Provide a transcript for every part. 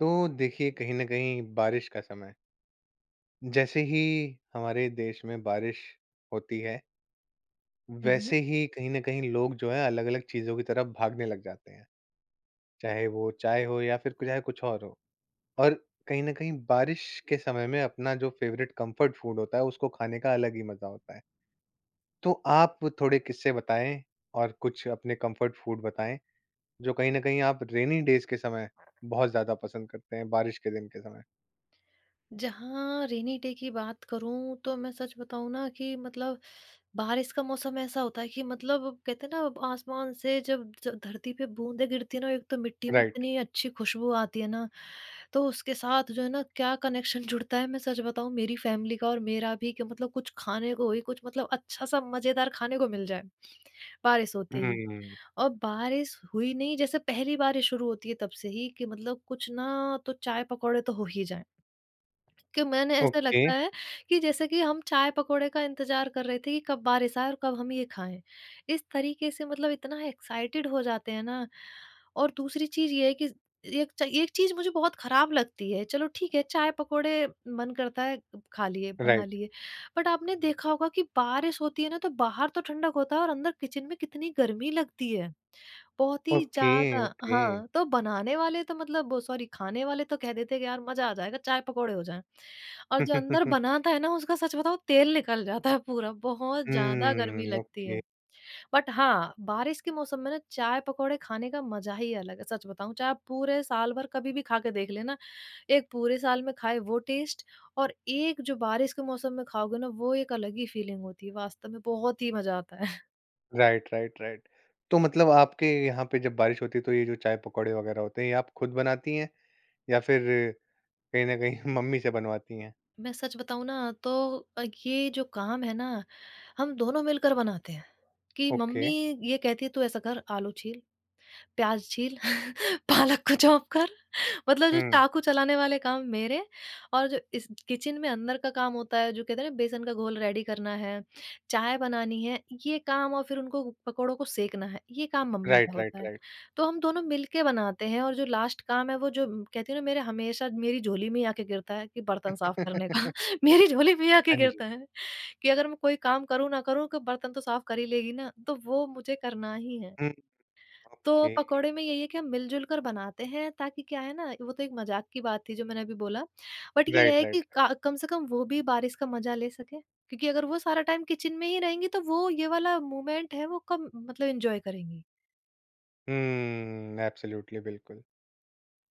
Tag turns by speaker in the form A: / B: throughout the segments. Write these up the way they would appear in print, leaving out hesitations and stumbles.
A: तो देखिए कहीं न कहीं बारिश का समय, जैसे ही हमारे देश में बारिश होती है,
B: हम्म
A: वैसे ही कहीं न कहीं लोग जो है अलग-अलग चीज़ों की तरफ भागने लग जाते हैं। चाहे वो चाय हो या फिर चाहे कुछ और हो। और कहीं न कहीं बारिश के समय में अपना जो फ़ेवरेट कम्फर्ट फूड होता है उसको खाने का अलग ही मज़ा होता है। तो आप थोड़े किस्से बताएँ और कुछ अपने कम्फर्ट फूड बताएँ, जो कहीं न कहीं आप रेनी डेज़ के समय बहुत ज़्यादा पसंद करते हैं, बारिश के दिन के समय?
B: जहाँ रेनी डे की बात करूं तो मैं सच बताऊं ना कि मतलब बारिश का मौसम ऐसा होता है कि मतलब कहते हैं ना, अब आसमान से जब धरती पे बूंदें गिरती है ना, एक तो मिट्टी में
A: राइट।
B: इतनी अच्छी खुशबू आती है ना। तो उसके साथ जो है ना क्या कनेक्शन जुड़ता है, मैं सच बताऊं मेरी फैमिली का और मेरा भी, कि मतलब कुछ खाने को ही कुछ मतलब अच्छा सा मजेदार खाने को मिल जाए बारिश होते ही।
A: हुँ,
B: और बारिश हुई नहीं, जैसे पहली बारिश शुरू होती है तब से ही कि मतलब कुछ ना, तो चाय पकौड़े तो हो ही जाए। कि मैंने ऐसा
A: ओके।
B: लगता है कि जैसे कि हम चाय-पकौड़े का इंतज़ार कर रहे थे कि कब बारिश आए और कब हम ये खाएँ। इस तरीके से मतलब इतना एक्साइटेड हो जाते हैं ना। और दूसरी चीज़ ये है कि एक चीज़ मुझे बहुत ख़राब लगती है, चलो ठीक है चाय-पकौड़े मन करता है खा लिए, बना
A: राइट,
B: लिए। बट आपने देखा होगा कि बारिश होती है ना तो बाहर तो ठंडक होता है और अंदर किचन में कितनी गर्मी लगती है। बहुत ही
A: ओके,
B: ज़्यादा
A: ओके।
B: हाँ, तो बनाने वाले तो मतलब वो सॉरी खाने वाले तो कह देते हैं कि यार मज़ा आ जाएगा चाय-पकौड़े हो जाएँ। और जो अंदर बनाता है ना उसका सच बताऊँ तेल निकल जाता है पूरा, बहुत ज़्यादा गर्मी
A: हुँ,
B: लगती है।
A: ओके।
B: बट हाँ, बारिश के मौसम में ना चाय-पकौड़े खाने का मज़ा ही अलग है, सच बताऊँ। चाहे आप पूरे साल भर कभी भी खा के देख लेना, एक पूरे साल में खाए वो टेस्ट और एक जो बारिश के मौसम में खाओगे ना वो एक अलग ही फीलिंग होती है, वास्तव में बहुत ही मज़ा आता है।
A: Right, right, right. तो मतलब आपके यहाँ पे जब बारिश होती है तो ये जो चाय पकौड़े वगैरह होते हैं ये आप खुद बनाती हैं या फिर कहीं न कहीं मम्मी से बनवाती हैं?
B: मैं सच बताऊँ ना तो ये जो काम है ना हम दोनों मिलकर बनाते हैं। कि
A: ओके,
B: मम्मी ये कहती है तू ऐसा कर आलू छील, प्याज छील, पालक को चॉप कर। मतलब जो
A: हुँ।
B: चाकू चलाने वाले काम मेरे। और जो इस किचन में अंदर का काम होता है, जो कहते हैं ना बेसन का घोल रेडी करना है, चाय बनानी है, ये काम और फिर उनको पकौड़ों को सेंकना है, ये काम मम्मी का
A: राइट,
B: होता
A: राइट,
B: है।
A: राइट।
B: तो हम दोनों मिलके बनाते हैं और जो लास्ट काम है वो जो कहती हूँ ना मेरे हमेशा मेरी झोली में ही आके गिरता है कि बर्तन साफ करने का, मेरी झोली में ही आके
A: हाँ जी।
B: गिरता है कि अगर मैं कोई काम करूँ ना करूँ कि बर्तन तो साफ कर ही लेगी ना, तो वो मुझे करना ही है।
A: हुँ,
B: तो
A: ओके।
B: पकोड़े में यही है कि हम मिल-जुल कर बनाते हैं ताकि क्या है ना, वो तो एक मज़ाक की बात थी जो मैंने अभी बोला। बट ये
A: राइट,
B: है कि
A: राइट, राइट।
B: का कम से कम वो भी बारिश का मज़ा ले सकें, क्योंकि अगर वो सारा टाइम किचन में ही रहेंगी तो वो ये वाला मोमेंट है वो कम मतलब एन्जॉय करेंगी।
A: हुँ, एब्सोल्यूटली बिल्कुल।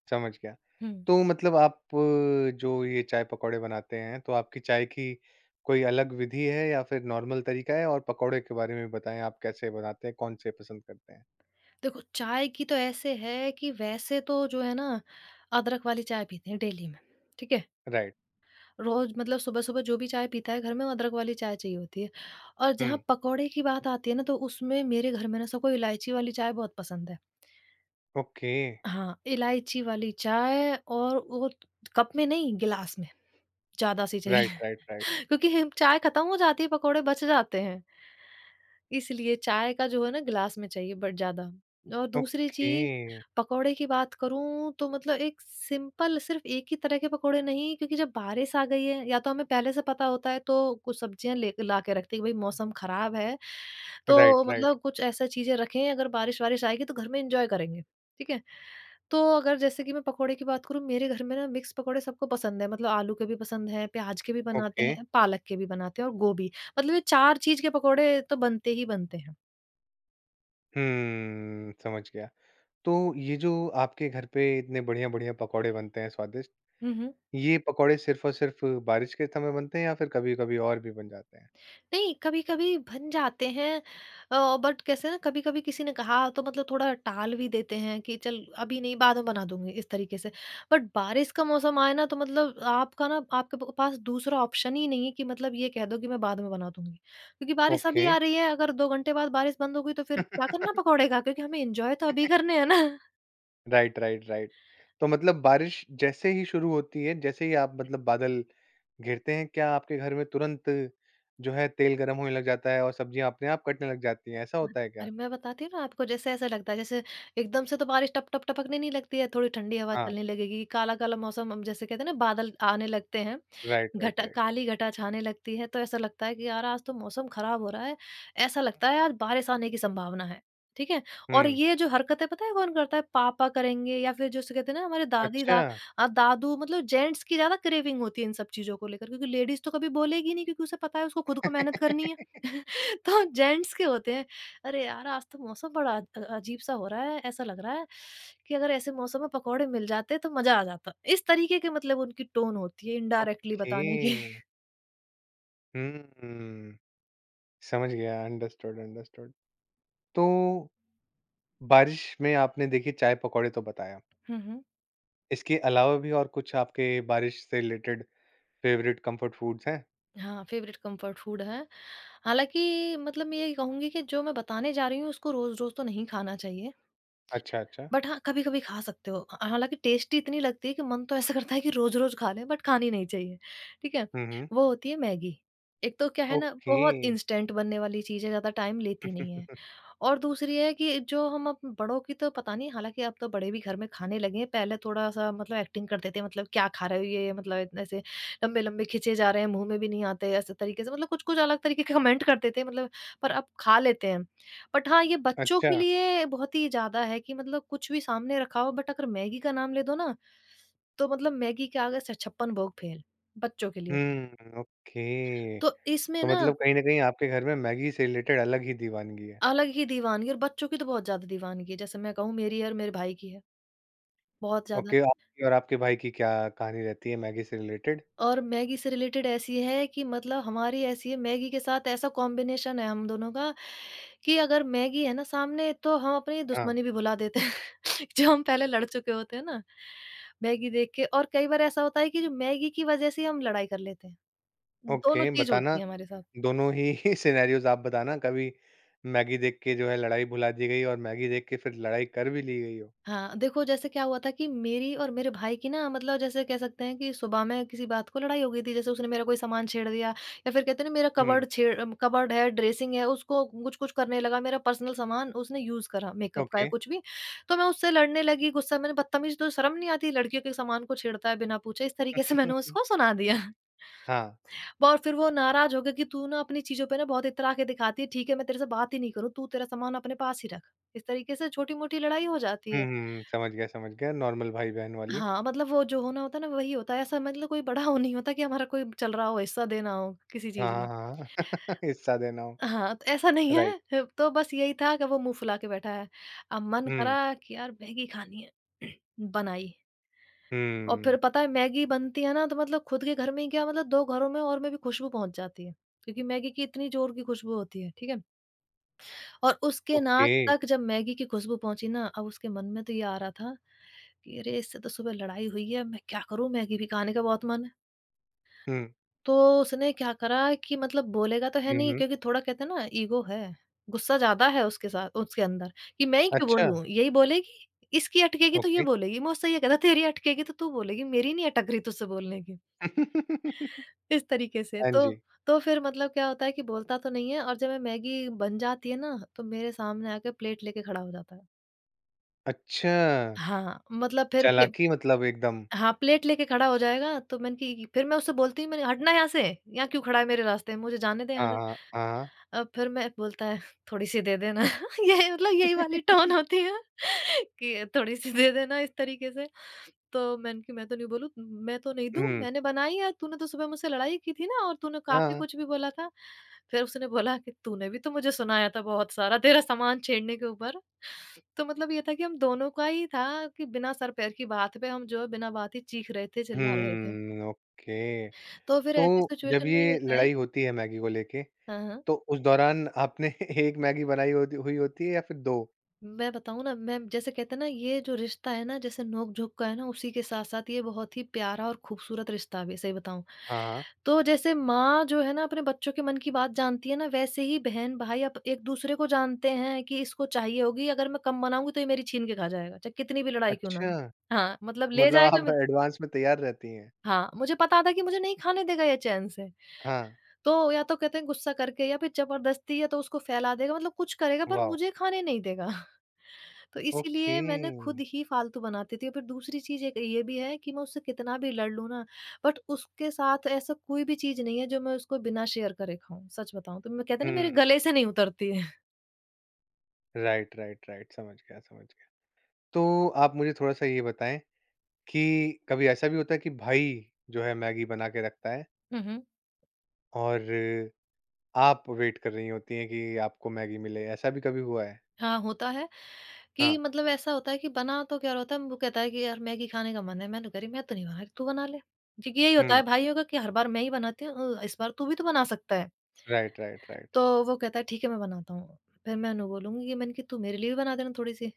A: समझ गया।
B: हुँ।
A: तो मतलब आप जो ये चाय-पकौड़े बनाते हैं, तो आपकी चाय की कोई अलग विधि है या फिर नॉर्मल तरीका है? और पकौड़े के बारे में बताएँ, आप कैसे बनाते हैं, कौन-से पसंद करते हैं?
B: देखो चाय की तो ऐसे है कि वैसे तो जो है ना, अदरक वाली चाय पीते हैं डेली में, ठीक है?
A: राइट।
B: रोज़ मतलब सुबह-सुबह जो भी चाय पीता है घर में वो अदरक वाली चाय चाहिए होती है। और
A: हुँ।
B: जहाँ पकोड़े की बात आती है ना, तो उसमें मेरे घर में ना सबको इलायची वाली चाय बहुत पसंद है।
A: ओके।
B: हाँ, इलायची वाली चाय और वो कप में नहीं गिलास में, ज़्यादा सी
A: राइट,
B: चाहिए,
A: राइट, राइट।
B: क्योंकि हम चाय खत्म हो जाती है, पकोड़े बच जाते हैं, इसलिए चाय का जो है ना गिलास में चाहिए बट ज़्यादा। और दूसरी
A: ओके।
B: चीज़ पकोड़े की बात करूँ तो मतलब एक सिंपल सिर्फ़ एक ही तरह के पकोड़े नहीं, क्योंकि जब बारिश आ गई है या तो हमें पहले से पता होता है तो कुछ सब्जियाँ ले ला के रखते हैं कि भई मौसम ख़राब है, तो
A: राइट, राइट।
B: मतलब कुछ ऐसा चीज़ें रखें अगर बारिश-वारिश आएगी तो घर में एन्जॉय करेंगे, ठीक है? तो अगर जैसे कि मैं पकोड़े की बात करूँ, मेरे घर में ना मिक्स पकोड़े सबको पसंद है। मतलब आलू के भी पसंद हैं, प्याज के भी बनाते
A: ओके।
B: हैं, पालक के भी बनाते हैं और गोभी। मतलब ये 4 चीज़ के पकोड़े तो बनते ही बनते हैं।
A: समझ गया। तो ये जो आपके घर पे इतने बढ़िया-बढ़िया पकौड़े बनते हैं स्वादिष्ट,
B: हुँ, हुँ।
A: ये पकौड़े सिर्फ़ और सिर्फ़ बारिश के समय बनते हैं या फिर कभी-कभी और भी बन जाते हैं?
B: नहीं, कभी-कभी बन जाते हैं। बट कैसे ना कभी-कभी किसी ने कहा तो मतलब थोड़ा टाल भी देते हैं कि चल अभी नहीं बाद में बना दूँगी इस तरीके से। बट बारिश का मौसम आए ना तो मतलब आपका ना आपके प पास दूसरा ऑप्शन ही नहीं है कि मतलब ये कह दो कि मैं बाद में बना दूँगी। क्योंकि बारिश
A: ओके।
B: अभी आ रही है अगर 2 घंटे बाद बारिश बंद हो गई तो फिर क्या करना पकौड़े का, क्योंकि हमें एन्जॉय तो अभी करने हैं ना।
A: Right, right, right. तो मतलब बारिश जैसे ही शुरू होती है, जैसे ही आप मतलब बादल घिरते हैं, क्या आपके घर में तुरंत जो है तेल गरम होने लग जाता है और सब्जियाँ अपने आप कटने लग जाती हैं, ऐसा होता है क्या?
B: अरे, मैं बताती हूँ ना आपको, जैसे ऐसा लगता है जैसे एकदम से तो बारिश टप-टप टपकने नहीं लगती है, थोड़ी ठंडी हवा
A: हाँ,
B: चलने लगेगी, काला-काला मौसम, हम जैसे कहते हैं ना बादल आने लगते हैं।
A: राइट, राइट,
B: घटा,
A: राइट।
B: काली घटा छाने लगती है, तो ऐसा लगता है कि यार आज तो मौसम खराब हो रहा है। ऐसा लगता है आज बारिश आने की संभावना है, ठीक है? और
A: हुँ,
B: ये जो हरकतें पता है कौन करता है? पापा करेंगे या फिर जिसे कहते हैं ना हमारे
A: अच्छा।
B: दादू, मतलब जेंट्स की ज़्यादा क्रेविंग होती है इन सब चीज़ों को लेकर, क्योंकि लेडीज़ तो कभी बोलेगी नहीं क्योंकि उसे पता है उसको खुद को मेहनत करनी है। तो जेंट्स के होते हैं, अरे यार आज तो मौसम बड़ा अजीब सा हो रहा है, ऐसा लग रहा है कि अगर ऐसे मौसम में पकौड़े मिल जाते तो मज़ा आ जाता। इस तरीके के मतलब उनकी टोन होती है इनडायरेक्टली
A: ओके।
B: बताने की।
A: हुँ, समझ गया, अंडरस्टूड, अंडरस्टूड। तो बारिश में आपने देखिए चाय-पकौड़े तो बताया,
B: हुँ, हुँ।
A: इसके अलावा भी और कुछ आपके बारिश से रिलेटेड फ़ेवरेट कम्फर्ट फूड्स हैं?
B: हाँ, फेवरेट कंफर्ट फूड है। हालाँकि मतलब मैं यही कहूँगी कि जो मैं बताने जा रही हूँ उसको रोज़-रोज़ तो नहीं खाना चाहिए।
A: अच्छा, अच्छा।
B: बट हाँ, कभी-कभी खा सकते हो। ह हालाँकि टेस्टी इतनी लगती है कि मन तो ऐसा करता है कि रोज़-रोज़ खा लें बट खानी नहीं चाहिए, ठीक है?
A: हुँ, हुँ।
B: वो होती है मैगी। एक तो क्या है ना
A: ओके।
B: बहुत इंस्टेंट बनने वाली चीज़ है, ज़्यादा टाइम लेती नहीं है। और दूसरी है कि जो हम अब बड़ों की तो पता नहीं, हालाँकि अब तो बड़े भी घर में खाने लगे हैं, पहले थोड़ा-सा मतलब एक्टिंग करते थे, मतलब क्या खा रहे हो ये? मतलब इतने से लंबे-लंबे खींचे जा रहे हैं, मुँह में भी नहीं आते ऐसे तरीके से, मतलब कुछ-कुछ अलग तरीके के कमेंट करते थे मतलब, पर अब खा लेते हैं। बट हाँ, ये बच्चों
A: अच्छा।
B: के लिए बहुत ही ज़्यादा है कि मतलब कुछ भी सामने रखा हो बट अगर मैगी का नाम ले दो ना, तो मतलब मैगी के आगे से छप्पन भोग फेल, बच्चों के लिए।
A: हुँ, ओके।
B: तो इसमें
A: तो
B: ना
A: मतलब कहीं न कहीं आपके घर में मैगी से रिलेटेड अलग ही दीवानगी है।
B: अलग ही दीवानगी, और बच्चों की तो बहुत ज़्यादा दीवानगी है, जैसे मैं कहूँ मेरी है और मेरे भाई की है, बहुत ज़्यादा।
A: ओके, आपकी और आपके भाई की क्या कहानी रहती है मैगी से रिलेटेड?
B: और मैगी से रिलेटेड ऐसी है कि मतलब हमारी ऐसी है, मैगी के साथ ऐसा कॉम्बिनेशन है हम दोनों का कि अगर मैगी है ना सामने तो हम अपनी
A: हाँ,
B: दुश्मनी भी भुला देते हैं, जो हम पहले लड़ चुके होते हैं ना, मैगी देख के। और कई बार ऐसा होता है कि जो मैगी की वजह से हम लड़ाई कर लेते हैं,
A: ओके
B: दोनों चीज
A: बताना
B: होती है हमारे साथ।
A: दोनों ही सिनेरियोज़ आप बताना कभी मैगी देख के जो है लड़ाई भुला दी गई और मैगी देख के फिर लड़ाई कर भी ली गई हो?
B: हाँ, देखो जैसे क्या हुआ था कि मेरी और मेरे भाई की ना मतलब जैसे कह सकते हैं कि सुबह में किसी बात को लड़ाई हो गई थी। जैसे उसने मेरा कोई सामान छेड़ दिया या फिर कहते हैं ना मेरा
A: हुँ,
B: कबर्ड है, ड्रेसिंग है उसको कुछ-कुछ करने लगा। मेरा पर्सनल सामान उसने यूज़ करा मेकअप का या
A: ओके।
B: कुछ भी। तो मैं उससे लड़ने लगी, गुस्सा मैंने बदतमीज़, तो शर्म नहीं आती लड़कियों के सामान को छेड़ता है बिना पूछे। इस तरीके से मैंने उसको सुना दिया।
A: हाँ।
B: और फिर वो नाराज़ हो गया कि तू ना अपनी चीज़ों पे ना बहुत इतरा के दिखाती है। ठीक है मैं तेरे से बात ही नहीं करूँ, तू तेरा सामान अपने पास ही रख। इस तरीके से छोटी-मोटी लड़ाई हो जाती
A: हुँ,
B: है।
A: हुँ, हुँ, समझ गया नॉर्मल भाई-बहन वाली।
B: हाँ, मतलब वो जो होना होता है ना वही होता है। ऐसा मतलब कोई बड़ा वो नहीं होता कि हमारा कोई चल रहा हो, हिस्सा देना हो किसी चीज़
A: हाँ,
B: का।
A: हाँ, हाँ, हिस्सा देना हो।
B: हाँ, तो ऐसा नहीं है।
A: राइट।
B: ह तो बस यही था कि वो मुँह फुला के बैठा है। अब मन
A: हुँ,
B: करा कि यार मैगी खानी है, बनाई। और फिर
A: हुँ।
B: पता है मैगी बनती है ना तो मतलब खुद के घर में ही क्या मतलब 2 घरों में और में भी खुशबू पहुँच जाती है। क्योंकि मैगी की इतनी ज़ोर की खुशबू होती है, ठीक है? और उसके
A: ओके।
B: नाक तक जब मैगी की खुशबू पहुँची ना, अब उसके मन में तो ये आ रहा था कि अरे! इससे तो सुबह लड़ाई हुई है, मैं क्या करूँ? मैगी भी खाने का बहुत मन है।
A: हुँ।
B: तो उसने क्या करा कि मतलब बोलेगा तो है
A: हुँ,
B: नहीं,
A: हुँ।
B: क्योंकि थोड़ा कहते हैं ना, ईगो है, गुस्सा ज़्यादा है उसके साथ उसके अंदर कि मैं ही क्यों
A: अच्छा,
B: बोलूँ? यही बोलेगी, इसकी अटकेगी तो ये
A: ओके।
B: बोलेगी। मैं उससे ये कहता, तेरी अटकेगी तो तू बोलेगी, मेरी नहीं अटक रही तुझसे बोलने की। इस तरीके से
A: हाँ
B: तो।
A: जी।
B: तो फिर मतलब क्या होता है कि बोलता तो नहीं है, और जब मैं मैगी बन जाती है ना, तो मेरे सामने आके प्लेट लेके खड़ा हो जाता है।
A: अच्छा,
B: हाँ, मतलब फिर प्ले
A: चालाकी मतलब एकदम।
B: हाँ, प्लेट लेके खड़ा हो जाएगा तो मैंने कि फिर मैं उससे बोलती हूँ, मैंने हटना यहाँ से, यहाँ क्यों खड़ा है मेरे रास्ते में? मुझे जाने दे यहाँ
A: हाँ,
B: से।
A: हाँ, हाँ।
B: फिर मैं बोलता है, थोड़ी-सी दे देना। ये मतलब यही वाली टोन होती है। कि थोड़ी-सी दे देना, इस तरीके से। तो मैंने कि मैं तो नहीं बोलूँ, मैं तो नहीं दूँ,
A: हुँ,
B: मैंने बनाई है, तूने तो सुबह मुझसे लड़ाई की थी ना, और तूने काफ़ी
A: हाँ।
B: कुछ भी बोला था। फिर उसने बोला कि तूने भी तो मुझे सुनाया था बहुत सारा, तेरा सामान छेड़ने के ऊपर। तो मतलब ये था कि हम दोनों का ही था, कि बिना सर पैर की बात पे हम जो है बिना बात ही चीख रहे थे, चिल्ला रहे थे।
A: हुँ, ओके।
B: तो फिर
A: तो
B: ऐसी
A: जब
B: सिचुएशन
A: ये
B: में ये होता है।
A: लड़ाई होती है मैगी को लेके,
B: हाँ, हाँ।
A: तो उस दौरान आपने 1 मैगी बनाई होती हुई होती है या फिर 2?
B: मैं बताऊँ ना, मैं जैसे कहते हैं ना, ये जो रिश्ता है ना, जैसे नोक-झोंक का है ना, उसी के साथ-साथ ये बहुत ही प्यारा और खूबसूरत रिश्ता भी है, सही बताऊँ।
A: हाँ, हाँ।
B: तो जैसे माँ जो है ना, अपने बच्चों के मन की बात जानती है ना, वैसे ही बहन-भाई अब एक-दूसरे को जानते हैं कि इसको चाहिए होगी, अगर मैं कम बनाऊँगी तो ये मेरी छीन के खा जाएगा, चाहे कितनी भी लड़ाई क्यों ना हो।
A: अच्छा,
B: हाँ, मतलब
A: तो
B: ले
A: मतलब
B: जाएगा
A: आप
B: मे
A: एडवांस में तैयार रहती हैं।
B: हाँ, मुझे पता था कि मुझे नहीं खाने देगा ये चैन से।
A: हाँ,
B: तो या तो कहते हैं गुस्सा करके या फिर ज़बरदस्ती, या तो उसको फैला देगा, मतलब कुछ करेगा पर
A: वाओ!
B: मुझे खाने नहीं देगा। तो
A: ओके।
B: इसीलिए मैं ना खुद ही फ़ालतू बनाती थी, और फिर दूसरी चीज़ एक ये भी है कि मैं उससे कितना भी लड़ लूँ ना, बट उसके साथ ऐसा कोई भी चीज़ नहीं है जो मैं उसको बिना शेयर करे खाऊँ, सच बताऊँ तो। मैं कहते हैं ना, मेरे
A: हुँ,
B: गले से नहीं उतरती है।
A: Right, right, right. समझ गया, समझ गया। तो आप मुझे थोड़ा-सा ये बताएँ कि कभी ऐसा भी होता है कि भाई जो है मैगी बना के रखता है
B: हुँ, हुँ।
A: और आप वेट कर रही होती हैं कि आपको मैगी मिले, ऐसा भी कभी हुआ है?
B: हाँ, होता है कि
A: हाँ।
B: मतलब ऐसा होता है कि बना तो क्या होता है, वो कहता है कि यार मैगी खाने का मन है, मैंने कह रही मैं तो नहीं बना रही, तू बना ले। जी, यही होता
A: हुँ।
B: है भाइयों का कि हर बार मैं ही बनाती हूँ, इस बार तू भी तो बना सकता है।
A: Right, right, right.
B: तो वो कहता है ठीक है, मैं बनाता हूँ। फिर मैं उन्हें बोलूँगी, कि मैंने कि तू मेरे लिए भी बना देना थोड़ी-सी।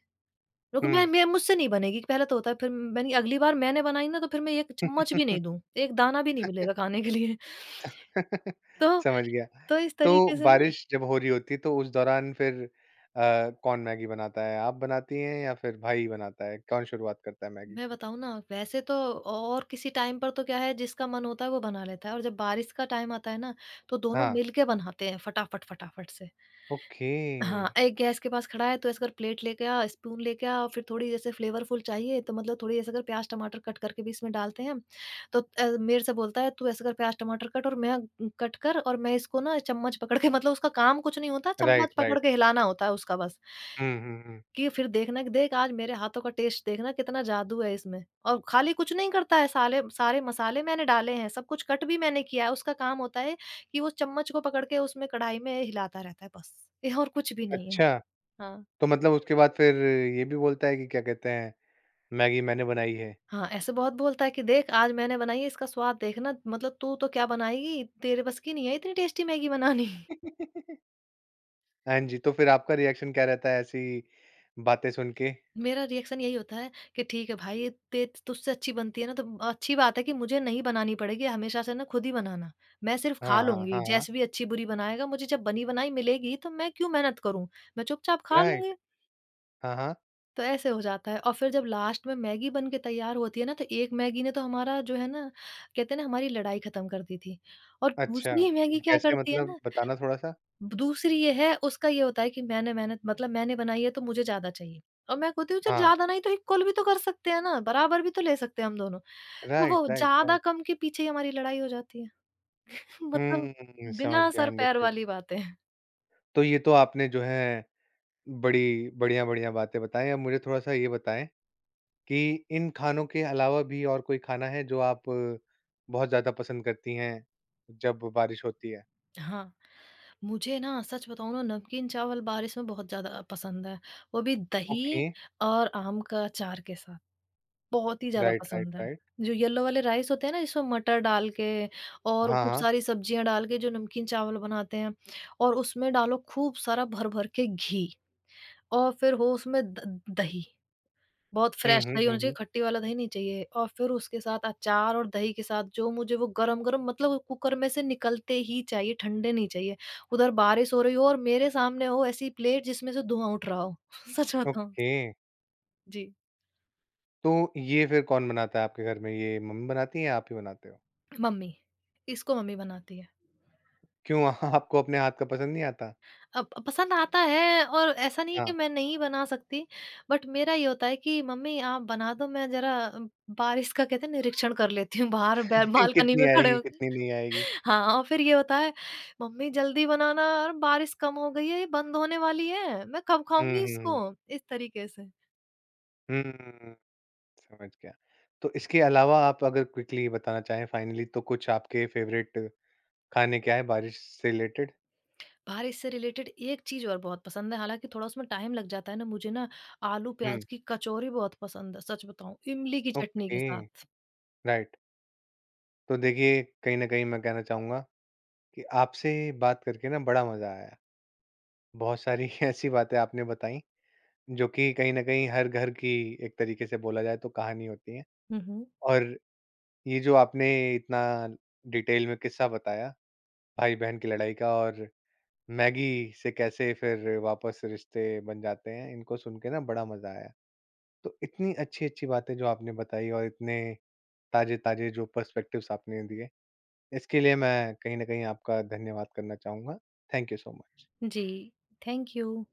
B: देखो, मैं
A: हुँ।
B: मैं मुझसे नहीं बनेगी, पहले तो होता है, फिर मैंने अगली बार मैंने बनाई ना तो फिर मैं 1 चम्मच भी नहीं दूँ, 1 दाना भी नहीं मिलेगा खाने के लिए। तो।
A: समझ गया।
B: तो इस
A: तो
B: तरीके से ना।
A: बारिश जब हो रही होती है तो उस दौरान फिर कौन मैगी बनाता है? आप बनाती हैं या फिर भाई बनाता है? कौन शुरुआत करता है मैगी
B: मैं
A: की?
B: बताऊँ ना, वैसे तो और किसी टाइम पर तो क्या है, जिसका मन होता है वो बना लेता है, और जब बारिश का टाइम आता है ना, तो दोनों
A: हाँ।
B: मिल के बनाते हैं फटाफट, फटाफट से।
A: ओके।
B: हाँ, एक गैस के पास खड़ा है तो ऐसे अगर, प्लेट लेके आ, स्पून लेके आ, और फिर थोड़ी जैसे फ्लेवरफुल चाहिए तो मतलब थोड़ी ऐसे अगर प्याज़ टमाटर कट करके भी इसमें डालते हैं हम, तो मेरे से बोलता है, "तू ऐसे कर प्याज़ टमाटर कट, और मैं कट कर और मैं इसको ना चम्मच पकड़ के"। मतलब उसका काम कुछ नहीं होता,
A: राइट,
B: चम्मच पकड़
A: राइट।
B: के हिलाना होता है उसका बस,
A: हुँ, हुँ, हुँ।
B: कि फिर देखना, कि देख आज मेरे हाथों का टेस्ट, देखना कितना जादू है इसमें। और खाली कुछ नहीं करता है, साले सारे मसाले मैंने डाले हैं, सब कुछ कट भी मैंने किया है, उसका काम होता है कि वो चम्मच को पकड़ के उसमें कढ़ाई में हिलाता रहता है बस। ये और कुछ भी नहीं है।
A: अच्छा।
B: हाँ,
A: तो मतलब उसके बाद फिर ये भी बोलता है कि क्या कहते हैं, मैगी मैंने बनाई है?
B: हाँ, ऐसे बहुत बोलता है कि देख आज मैंने बनाई है, इसका स्वाद देखना, मतलब तू तो क्या बनाएगी, तेरे बस की नहीं है इतनी टेस्टी मैगी बनानी।
A: हाँ जी, तो फिर आपका रिएक्शन क्या रहता है ऐसी बातें सुन के?
B: मेरा रिएक्शन यही होता है कि ठीक है भाई, ये ते तुझसे अच्छी बनती है ना तो अच्छी बात है, कि मुझे नहीं बनानी पड़ेगी, हमेशा से ना खुद ही बनाना। मैं सिर्फ
A: हाँ,
B: खा
A: हाँ,
B: लूँगी,
A: हाँ, हाँ।
B: जैसे भी अच्छी बुरी बनाएगा, मुझे जब बनी बनाई मिलेगी, तो मैं क्यों मेहनत करूँ? मैं चुपचाप खा
A: राइट।
B: लूँगी।
A: हाँ, हाँ।
B: तो ऐसे हो जाता है, और फिर जब लास्ट में मैगी बन के तैयार होती है ना, तो एक मैगी ने तो हमारा जो है ना, कहते हैं ना, हमारी लड़ाई खत्म कर दी थी। और
A: अच्छा,
B: दूसरी मैगी क्या
A: कैसे
B: करती है
A: मतलब
B: ना,
A: बताना थोड़ा-सा?
B: दूसरी ये है, उसका ये होता है कि मैंने मेहनत, मतलब मैंने बनाई है तो मुझे ज़्यादा चाहिए। और मैं कहती हूँ, चल
A: हाँ,
B: ज़्यादा नहीं तो इक्वल भी तो कर सकते हैं ना, बराबर भी तो ले सकते हैं हम दोनों। तो वो
A: राइट, राइट,
B: ज़्यादा
A: राइट।
B: कम के पीछे ही हमारी लड़ाई हो जाती है। मतलब
A: हुँ, समझ
B: बिना
A: गया,
B: सर-पैर
A: अंडरस्टूड।
B: वाली बातें।
A: तो ये तो आपने जो है बड़ी बढ़िया-बढ़िया बातें बताई। अब मुझे थोड़ा-सा ये बताएँ कि इन खानों के अलावा भी और कोई खाना है जो आप बहुत ज़्यादा पसंद करती हैं जब बारिश होती है?
B: हाँ, मुझे ना सच बताऊँ ना, नमकीन चावल बारिश में बहुत ज़्यादा पसंद है। वो भी दही
A: ओके,
B: और आम का अचार के साथ, बहुत ही ज़्यादा
A: राइट, राइट,
B: पसंद है।
A: राइट।
B: जो येलो वाले राइस होते हैं ना, जिसमें मटर डाल के और
A: हाँ,
B: खूब
A: हाँ।
B: सारी सब्जियाँ डाल के जो नमकीन चावल बनाते हैं, और उसमें डालो खूब सारा भर-भर के घी, और फिर हो उसमें द दही। बहुत
A: हुँ,
B: फ्रेश
A: हुँ,
B: दही
A: हुँ,
B: होना चाहिए,
A: हुँ।
B: खट्टी वाला दही नहीं चाहिए, और फिर उसके साथ अचार और दही के साथ जो मुझे, वो गरम-गरम मतलब, वो कुकर में से निकलते ही चाहिए, ठंडे नहीं चाहिए। उधर बारिश हो रही हो, और मेरे सामने हो ऐसी प्लेट जिसमें से धुआँ उठ रहा हो। सच बताऊँ?
A: ओके,
B: जी,
A: तो ये फिर कौन बनाता है आपके घर में? ये मम्मी बनाती हैं या आप ही बनाते हो?
B: मम्मी। इसको मम्मी बनाती है।
A: क्यों आपको अपने हाथ का पसंद नहीं आता?
B: अब पसंद आता है, और ऐसा नहीं कि
A: हाँ,
B: मैं नहीं बना सकती, बट मेरा ये होता है कि मम्मी आप बना दो, मैं ज़रा बारिश का कहते हैं निरीक्षण कर लेती हूँ बाहर बै बालकनी
A: कितनी
B: में खड़े
A: आएगी,
B: होके।
A: कितनी नहीं आएगी?
B: हाँ, और फिर ये होता है, "मम्मी जल्दी बनाना, और बारिश कम हो गई है, ये बंद होने वाली है, मैं कब
A: हुँ,
B: खाऊँगी
A: हुँ,
B: इसको?"
A: हुँ।
B: इस तरीके से।
A: हुँ, समझ गया। तो इसके अलावा आप अगर क्विकली बताना चाहें फाइनली तो कुछ आपके फ़ेवरेट खाने क्या हैं बारिश से रिलेटेड?
B: बारिश से रिलेटेड एक चीज़ और बहुत पसंद है, हालाँकि थोड़ा उसमें टाइम लग जाता है ना, मुझे ना आलू
A: हुँ,
B: प्याज़ की कचौरी बहुत पसंद है, सच बताऊँ, इमली की चटनी
A: ओके,
B: के साथ।
A: राइट। तो देखिए, कहीं न कहीं मैं कहना चाहूँगा कि आपसे बात करके ना बड़ा मज़ा आया। बहुत सारी ऐसी बातें आपने बताई जो कि कहीं न कहीं हर घर की एक तरीके से बोला जाए तो कहानी होती है।
B: हुँ, हुँ।
A: और ये जो आपने इतना डिटेल में किस्सा बताया भाई-बहन की लड़ाई का और मैगी से कैसे फिर वापस रिश्ते बन जाते हैं, इनको सुन के ना बड़ा मज़ा आया। तो इतनी अच्छी-अच्छी बातें जो आपने बताई और इतने ताज़े-ताज़े जो पर्सपेक्टिव्स आपने दिए, इसके लिए मैं कहीं न कहीं आपका धन्यवाद करना चाहूँगा। Thank you so much.
B: जी, थैंक यू।